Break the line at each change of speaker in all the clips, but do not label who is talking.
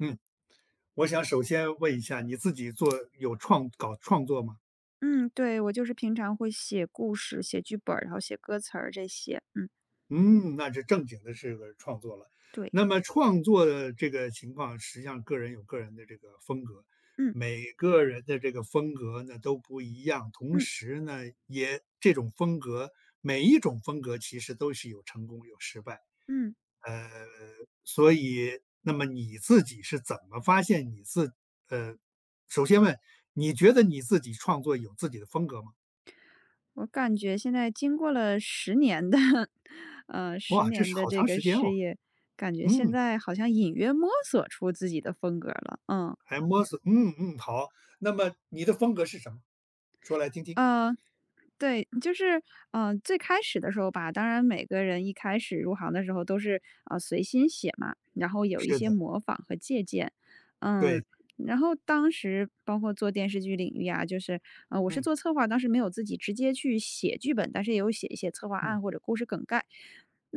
嗯，我想首先问一下，你自己做搞创作吗？
嗯，对，我就是平常会写故事、写剧本儿，然后写歌词儿这些。嗯，
嗯，那是正经的是个创作了。
对，
那么创作的这个情况，实际上个人有个人的这个风格，
嗯
每个人的这个风格呢都不一样。同
嗯
时呢，也这种风格，每一种风格其实都是有成功有失败。
嗯，
呃，所以那么你自己是怎么发现呃，首先问，你觉得你自己创作有自己的风格吗？
我感觉现在经过了十年的，十
哇，这
年
是
的
好
这
长
个
时间
事
哦。
业，感觉现
嗯，
在好像隐约摸索出自己的风格了。嗯，
还摸索，嗯嗯，好。那么你的风格是什么？说来听听。
嗯。对，就是，最开始的时候吧，当然每个人一开始入行的时候都是，随心写嘛，然后有一
是
些
的，
模仿和借鉴。嗯，
对，
然后当时包括做电视剧领域啊，就是，我是
嗯
做策划，当时没有自己直接去写剧本，但是也有写一些策划
嗯
案或者故事梗概。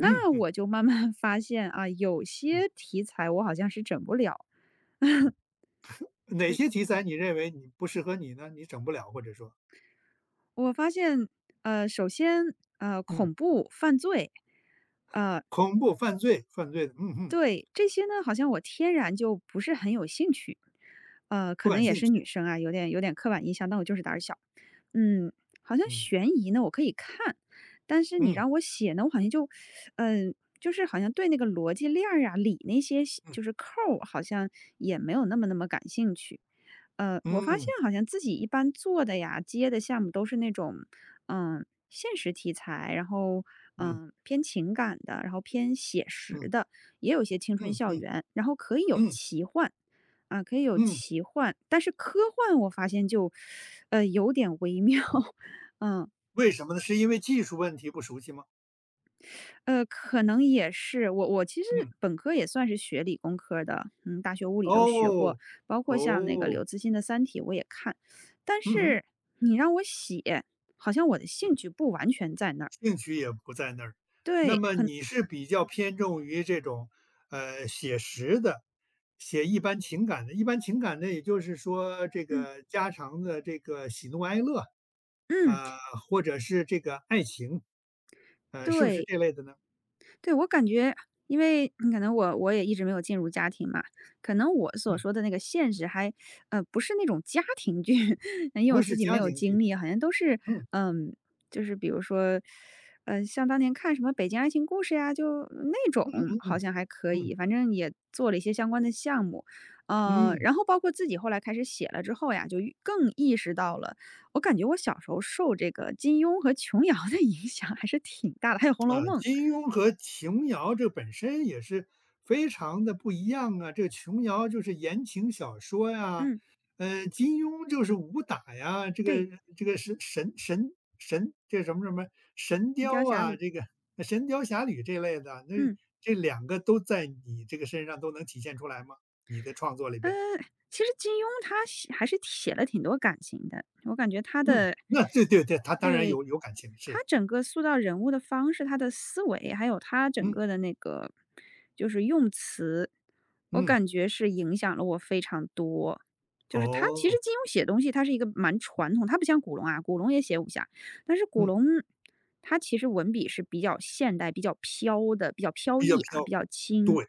嗯嗯
我就慢慢 发现啊，有
嗯。
些题材我好像是整不了。
哪些题材你认为你不适合你呢？你整不了，或者说，
我发现，首先，
嗯，
恐怖、犯罪。呃
恐怖、犯罪、犯罪的，嗯嗯，
对，这些呢，好像我天然就不是很有兴趣。
不
可能
感
也
兴
是女
趣。
生啊，有点刻板印象，但我就是胆儿小。嗯，好像
嗯
悬疑呢，我可以看，但是你
嗯
让我写呢，我好像就，就是好像对那个逻辑链儿啊、理那些细
嗯
就是扣儿，好像也没有那么感兴趣。我发现
嗯
好像自己一般做的呀、接的项目都是那种，现实题材，然后
嗯
偏情感的，然后偏写实
嗯嗯
的。也有一些青春
嗯
校
嗯
园，然后可以有
嗯，
奇幻。啊，可以有
嗯
奇幻，但是科幻我发现就，有点微妙。嗯，
为什么呢？是因为技术问题不熟悉吗？
可能也是我其实
嗯，
本科也算是学理工科的，嗯，大学物理都学过，
哦
包括像那个
哦，
刘慈欣的《三体》我也看，但
嗯哼。
是你让我写，好像我的兴趣不完全在那儿。
兴趣也不在那儿。那
对，
么你是比较偏重于这种，写实的，写一般情感的，一般情感的，也就是说这
嗯
个家常的这个喜怒哀乐，
嗯，
啊、或者是这个爱情，是不是
对，
这类的呢？
对，我感觉因为嗯可能我也一直没有进入家庭嘛，可能我所
嗯，
说的那个现实还不是那种家庭剧，因为我
不
自
是
己没
家
有
庭
经
剧。
历，好像都是
嗯
嗯，就是比如说，像当年看什么《北京爱情故事》呀，就那种
嗯
好
嗯
像还可
嗯
以，反正也做了一些相关的项目。
嗯。
然后包括自己后来开始写了之后呀，就越更意识到了。我感觉我小时候受这个金庸和琼瑶的影响还是挺大的，还有《红楼
啊，
梦》。
金庸和琼瑶这本身也是非常的不一样啊。这个琼瑶就是言情小说呀，
嗯。
金庸就是武打呀，这个
对，
这个是神这什么什么神
《雕
雕
侠侣》。
啊，这个神雕侠侣这类的，那
嗯，
这两个都在你这个身上都能体现出来吗？你的创作里
呃，
边？
其实金庸他写还是写了挺多感情的，我感觉他
嗯，
的
那对对对，他当然
对，
有感情，
他
是，
整个塑造人物的方式，他的思维，还有他整
嗯
个的那个就是用词，我
嗯，
感觉是影响了我非常多。就是他其实
哦，
金庸写东西，他是一个蛮传统，他不像古龙啊，古龙也写武侠，但是古
嗯，
龙他其实文笔是比较现代、比较飘的、比较飘
比较
逸啊，比
飘，
较轻。
对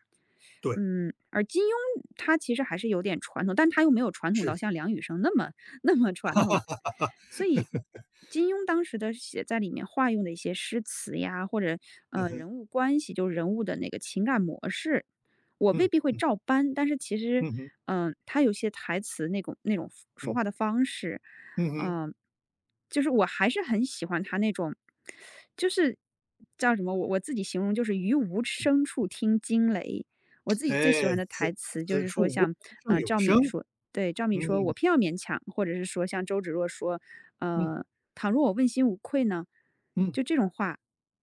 对，
嗯，而金庸他其实还是有点传统，但他又没有传统
是
到
是，
像梁羽生那么传统。所以金庸当时的写在里面化用的一些诗词呀，或者
嗯哼，
人物关系，就是人物的那个情感模式，我
嗯
未
嗯。
必会照搬，但是其实，
嗯哼，
他有些台词那种说
嗯，
话的方式。
嗯哼，
嗯、就是我还是很喜欢他那种，就是叫什么，我自己形容就是于无声处听惊雷。我自己最喜
哎，
欢的台词就
此
是
处
说
无
像，
声胜
呃，
有
赵敏
声，
说，对，赵
嗯，
敏说："我偏要勉强。"或者是说像周芷若说：
嗯，
“呃，倘若我问心无愧呢？"
嗯，
就这种话，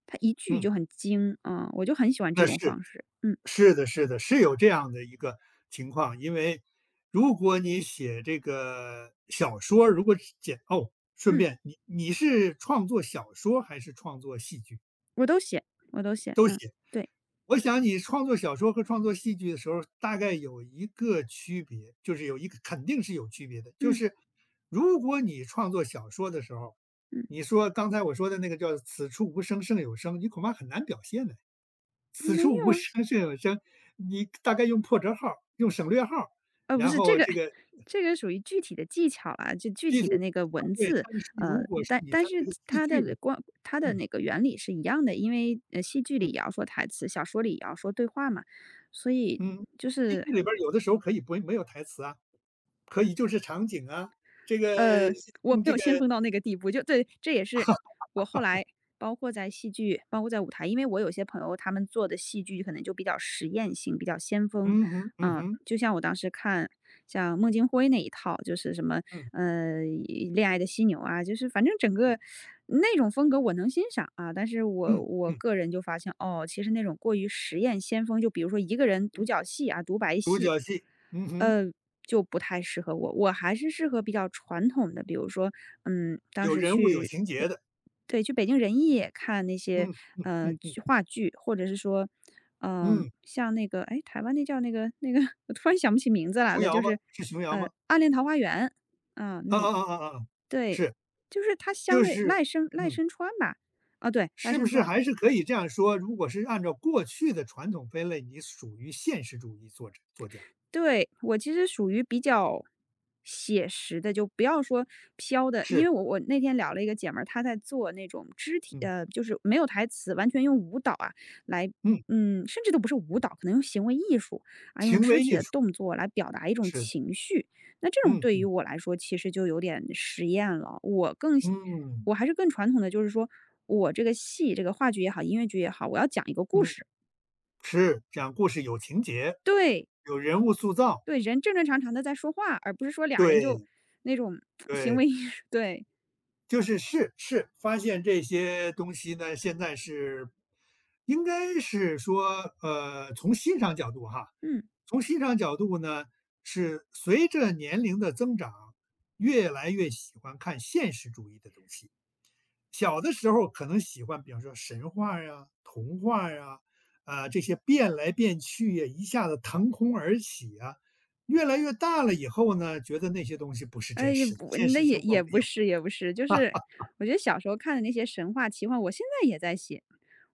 他一句
嗯，
就很精啊、我就很喜欢这
那
种
是，
方式。嗯
是的，是的，是有这样的一个情况。因为如果你写这个小说儿如果是简哦，顺
嗯，
便你是创作小说儿还是创作戏剧？
我都写，我都写。
都
嗯，
写。
对，
我想你创作小说和创作戏剧的时候，大概有一个区别，就是有一个肯定是有区别的，就
嗯
是如果你创作小说的时候，
嗯，
你说刚才我说的那个叫"此处无声胜有声"，你恐怕很难表现的。"此
没
处
有
无
啊，
声胜有声"，你大概用破折号用省略号
不
然
是这
后
个，
这个
这个属于具体的技巧啦，就具
句
体
子
的那个文
对，
字。
但是
呃，
如果是
但
你
但
在这
是
个戏
它
剧
的
里
它的
嗯
那个原理是一样的，因为戏剧里
嗯
也要说台词，小说里也要说对话嘛，所以
嗯，
就
戏
是。
剧里边儿有的时候可以不没有台词啊。可以就是场景啊，这个
呃，我
用
没
这
有
个
先锋到那个地步，就对，这也是我后来包括在戏剧，包括在舞台，因为我有些朋友他们做的戏剧可能就比较实验性，比较先锋。
嗯哼，嗯
嗯，
哼，
就像我当时看像孟京辉那一套，就是什么
嗯，
呃恋爱的犀牛啊，就是反正整个那种风格我能欣赏啊，但是我
嗯，
我
嗯，
个人就发现哦，其实那种过于实验先锋，就比如说一个人
嗯，
独角戏啊、独白
独
戏，
角戏，嗯哼，
呃，就不太适合我，我还是适合比较传统的，比如说，嗯，当
有
时
人物有
去
情节
北，
的，
对，去北京人艺看那些
嗯，嗯，嗯，
话剧，或者是说，
嗯，
像那个，哎，台湾那叫那个，我突然想不起名字来
琼
了，
瑶
就
吗？
是，
是琼瑶吗？
《暗恋桃花源》啊、
啊
那
啊啊啊啊，
对，
是，
就是它相
就
对
是
赖
嗯，
声川吧。啊，对，赖
是不
声
是
川。
还是可以这样说，如果是按照过去的传统分类，你属于现实主义作家，
对，我其实属于比较写实的，就不要说飘的。因
是，
为我我那天聊了一个姐们儿，她在做那种肢体
嗯，
就是没有台词，完全用舞蹈啊来
嗯，
嗯，甚至都不是舞蹈，可能用行为艺术啊，用
行
肢
为
体
艺
的
术，
动作来表达一种
是的，
情绪。那这种
嗯，
对于
嗯，
我来说，其实就有点实验了。
嗯，
我还是更传统的，就是说我这个戏，这个话剧也好，音乐剧也好，我要讲一个故
嗯，
事。
是，讲故事有情节，
对，
有人物塑造。
对，人正正常常的在说话，而不是说俩人就
对
那种 行
对，
为艺术对。
就是是是，发现这些东西呢，现在是应该是说，从欣赏角度哈，
嗯。
从欣赏角度呢，是随着年龄的增长，越来越喜欢看现实主义的东西。小的时候可能喜欢，比方说神话呀、童话呀，啊、这些变来变去呀，一下子腾空而起呀，越来越大了以后呢，觉得那些东西不是
哎，
真
也
实的，
不
现
那
实
也
生活
也
没
不
有。
是也不是，就是我觉得小时候看的那些神话奇幻，我现在也在写。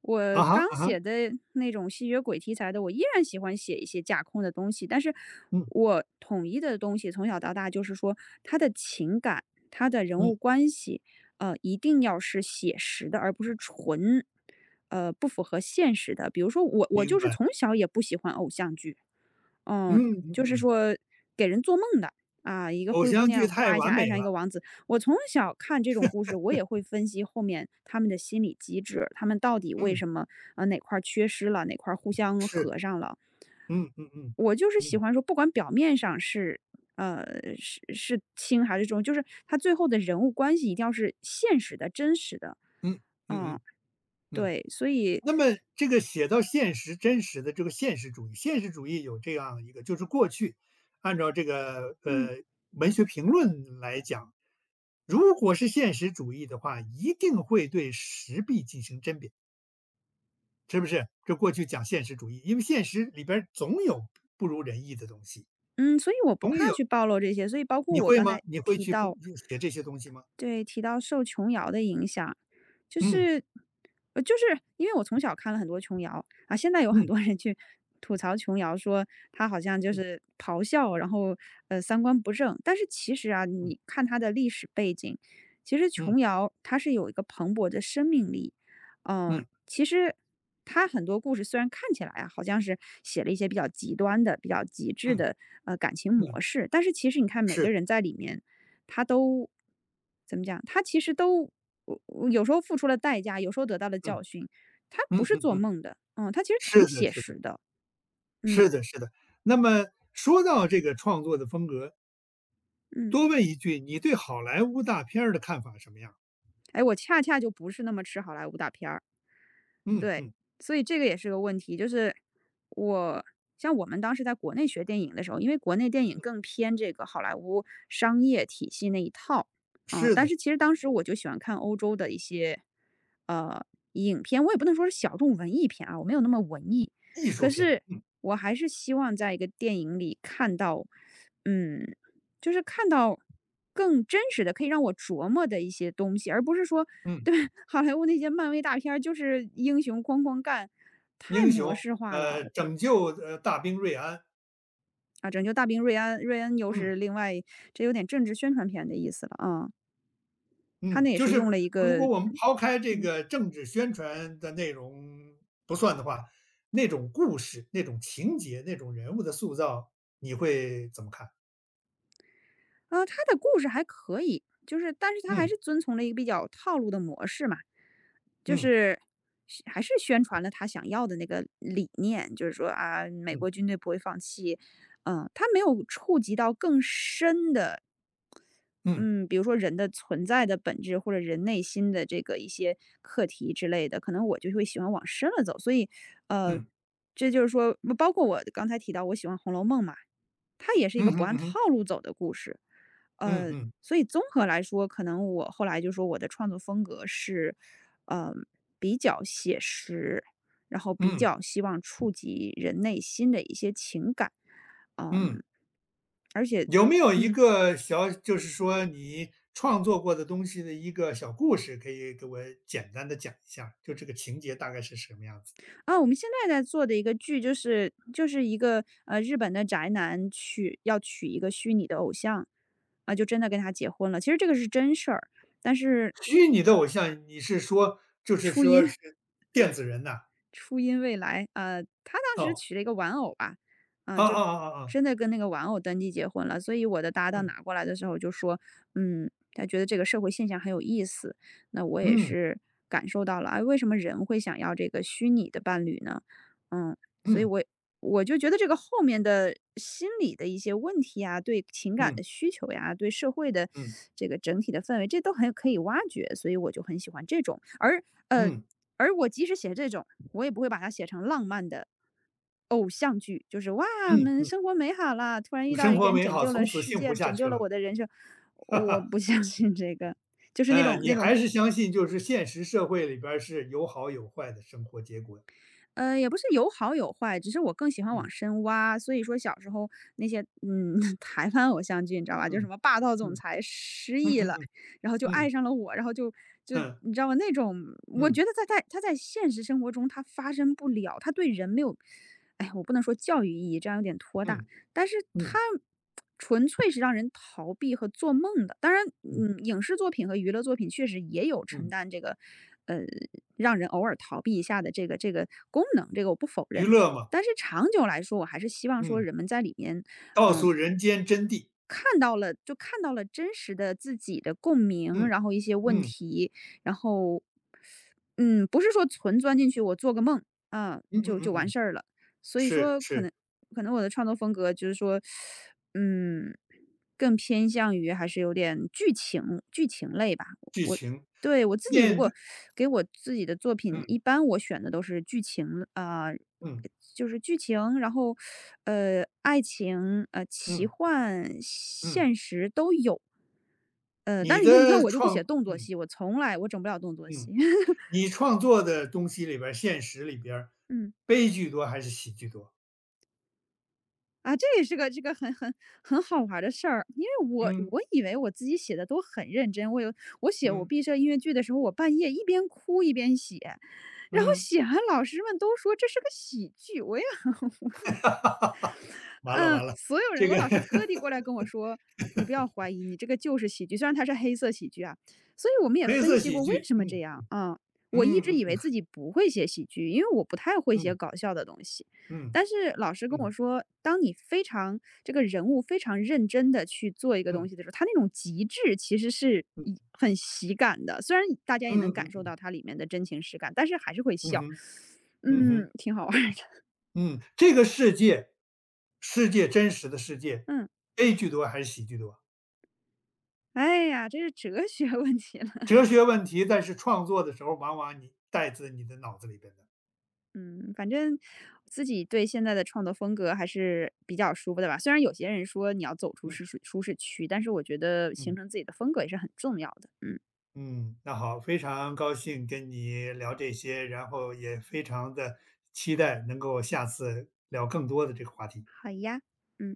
我
啊哈，
刚
啊哈，
写的那种吸血鬼题材的，我依然喜欢写一些架空的东西，但是
嗯
我统一的东西从小到大就是说，他的情感、他的人
嗯，
物关系，一定要是写实的，而不是纯，不符合现实的。比如说我，我
明
就是
白，
从小也不喜欢偶像剧。嗯，
嗯嗯
就是
嗯，
说给人做梦的，啊，一个
偶
灰姑
像剧
娘
太
夸一下
完美
爱上一个
了，
王子。我从小看这种故事，我也会分析后面他们的心理机制，他们到底为
嗯，
什么，哪块儿缺失了，哪块儿互相
是，
合上了。
嗯嗯嗯，
我就是喜
嗯
欢说，不管表面上是，呃，是轻还是重，就是他最后的人物关系一定要是现实的、真实的。
嗯嗯
嗯，
嗯嗯。
对，所以，
那么这个写到现实真实的这个现实主义，现实主义有这样一个，就是过去按照这个
嗯
文学评论来讲，如果是现实主义的话，一定会对时弊进行甄别，是不是？这过去讲现实主义，因为现实里边儿总有不如人意的东西，
嗯，所以我不
总
怕
有
去暴露这些，所以包括
你
我
会
刚
吗？
才
你会去不写这些东西吗？
对，提到受琼瑶的影响，就
嗯
是就是因为我从小看了很多琼瑶啊，现在有很
嗯
多人去吐槽琼瑶，说她好像就
嗯
是咆哮，然后三观不正。但是其实啊，
嗯
你看她的历史背景，其实
嗯
琼瑶她是有一个蓬勃的生命力。嗯，
嗯
其实她很多故事虽然看起来啊好像是写了一些比较极端的、比较极致
嗯
的感情模
嗯，
式，但是其实你看每个
是，
人在里面。他都怎么讲？他其实都我有时候付出了代价，有时候得到了
嗯
教训，他不
嗯
是
嗯
做
嗯，
梦的。嗯，他其实挺
是的
写
是的
实的。嗯
是的是的。那么说到这个创作的风格，
嗯。
多问一句，你对好莱坞大片儿的看法什么样？
哎，我恰恰就不是那么吃好莱坞大片儿。
嗯
对，
嗯，
所以这个也是个问题，就是我像我们当时在国内学电影的时候，因为国内电影更偏这个好莱坞商业体系那一套，嗯，
是
但
的，
是其实当时我就喜欢看欧洲的一些呃影片，我也不能说是小众文艺片啊，我没有那么文艺，
艺
可
术片，
是
嗯
我还是希望在一个电影里看到，嗯，就是看到更真实的，可以让我琢磨的一些东西，而不是说。
嗯，
对，好莱坞那些漫威大片儿就是英雄哐哐干，太
英
模
雄，
式化了。
拯救大兵瑞安，
啊！拯救大兵瑞安，瑞安又
嗯。
是另外，这有点政治宣传片的意思了啊。他
嗯，
那也
就
是
是
用了一
如
个，
果我们抛开这
嗯。
个政治宣传的内容不算的话，那种故事、那种情节、那种人物的塑造，你会怎么看？
啊，他的故事还可以，就是但是他还是
嗯
遵从了一个比较套路的模式嘛，就
嗯
是还是宣传了他想要的那个理念，就是说啊，美
嗯
国军队不会放弃，嗯、他没有触及到更深的。
嗯
嗯，比如说人的存在的本质，或者人内心的这个一些课题之类的，可能我就会喜欢往深了走。所以，呃，
嗯
这就是说，包括我刚才提到我喜欢《红楼梦》嘛，它也是一个不
嗯
按套
嗯
路走的故事。
嗯
呃，
嗯
所以综合来说，可能我后来就说我的创作风格是，呃，比较写实，然后比
嗯
较希望触及人内心的一些情感。
嗯，
嗯，而且，
有没有一
嗯。
个小就是说你创作过的东西的一个小故事，可以给我简单的讲一下就这个情节大概是什么样子？
啊，我们现在在做的一个剧，就是一个日本的宅男娶要娶一个虚拟的偶像，啊，就真的跟他结婚了。其实这个是真事儿，但是
虚拟的偶像，你是说就是
初
说
音。
是电子人呐？
初音未来，他当时
哦。
娶了一个玩偶吧，啊，
啊
就
啊啊啊啊，
真的跟那个玩偶登记结婚了。所以我的搭档
嗯，
拿过来的时候就说，嗯，他觉得这个社会现象很有意思。那我也
嗯，
是感受到了，哎，为什么人会想要这个虚拟的伴侣呢？嗯，所以
嗯，
我就觉得这个后面的心理的一些问题啊，对情感
嗯，
的需求呀，对社会的
嗯，
这个整体的氛围，这都很可以挖掘。所以我就很喜欢这种，呃，
嗯，
而我即使写这种，我也不会把它写成浪漫的偶像剧，就是哇，我们生活美好了，突然遇
嗯，
到
生
一个
活
人
美
拯
好，
救了
从此
世
幸
界，
福下
拯救
去
了
了。
我的人生，我不相信这个，就是那种
嗯
那
你
种
还是相信就是现实社会里边儿是有好有坏的生活结果。
呃，也不是有好有坏，只是我更喜欢往
嗯，
深挖。所以说小时候那些，嗯 台湾偶像剧你知道吧，就什
嗯，
么霸道总
嗯，
裁失
嗯
忆
嗯
了，
嗯，
然后就爱
嗯，
上了我，然后就
嗯，
你知道吗？那种我觉
嗯，
得在他在现实生活中他发生不了，他对人没有，哎，我不能说教育意义，这样有点拖大。但是它
嗯，
纯粹是让人逃避和做梦的。当然，
嗯，
嗯，影视作品和娱乐作品确实也有承
嗯，
担这个，呃，让人偶尔逃避一下的这个功能，这个我不否
娱
认。
乐嘛，
但是长久来说，我还是希望说
嗯，
人们在里面，
告
嗯、
诉人间真谛。
看到了就看到了真实的自己的共鸣，
嗯，
然后一些问
嗯，
题，然后，嗯，不是说纯钻进去，我做个梦啊，
嗯嗯
就
嗯
完
嗯，
事儿了。所以
是
说，可
是，
能可能我的创作风格就是说，嗯，更偏向于还是有点剧情类吧。
剧情。
对，我自己如
面
果
对
给我自己的作品，一
嗯，
般我选的都是剧情啊，
嗯，
就是剧情，然后，呃，爱情，呃，奇
嗯，
幻、
嗯，
现实都有。呃，但
你
是你看，你看
的
我就不写
创
动作
嗯，
戏，我从来我整不了动作戏。
嗯。你创作的东西里边儿现实里边儿
嗯。
悲剧多还是喜剧多？
啊，这也是个这个很好玩儿的事儿，因为
嗯，
我以为我自己写的都很认真，我写我
嗯，
毕设音乐剧的时候，我半夜一边哭一边写，然后
嗯。
写完老师们都说这是个喜剧，我也
完了
嗯，
完了，
所有人
这
我
个
老师 特地过来跟我说："你不要怀疑，你这个就是喜剧。"虽然它是黑色喜剧啊，所以我们也
黑
分
色
析
喜
过为
剧，
什么这
嗯，
样啊。我一直
嗯
以
嗯
为自己不会写喜剧，因为我不太会写
嗯
搞笑的东西。
嗯
但是老师跟我
嗯
说，当你非常这个人物非常认真的去做一个东
嗯
西的时候，他那种极致其实是一很喜感的，虽然大家也能
嗯
感
嗯
受
嗯
到它里面的真情实感，但是还是会
嗯
笑。
哼，嗯哼，
嗯，挺好玩儿的。
嗯，这个世界真实的世界，
嗯，
悲剧多还是喜剧多？
哎呀，这是哲学问题。了。
哲学问题，但是创作的时候往往你带自你的脑子里边的，
嗯，反正自己对现在的创作风格还是比较舒服的吧。虽然有些人说你要走出
嗯
舒适区，但是我觉得形
嗯。
成自己的风格也是很重要的。嗯，
嗯，那好，非常高兴跟你聊这些，然后也非常的期待能够下次聊更多的这个话题。
好呀，嗯。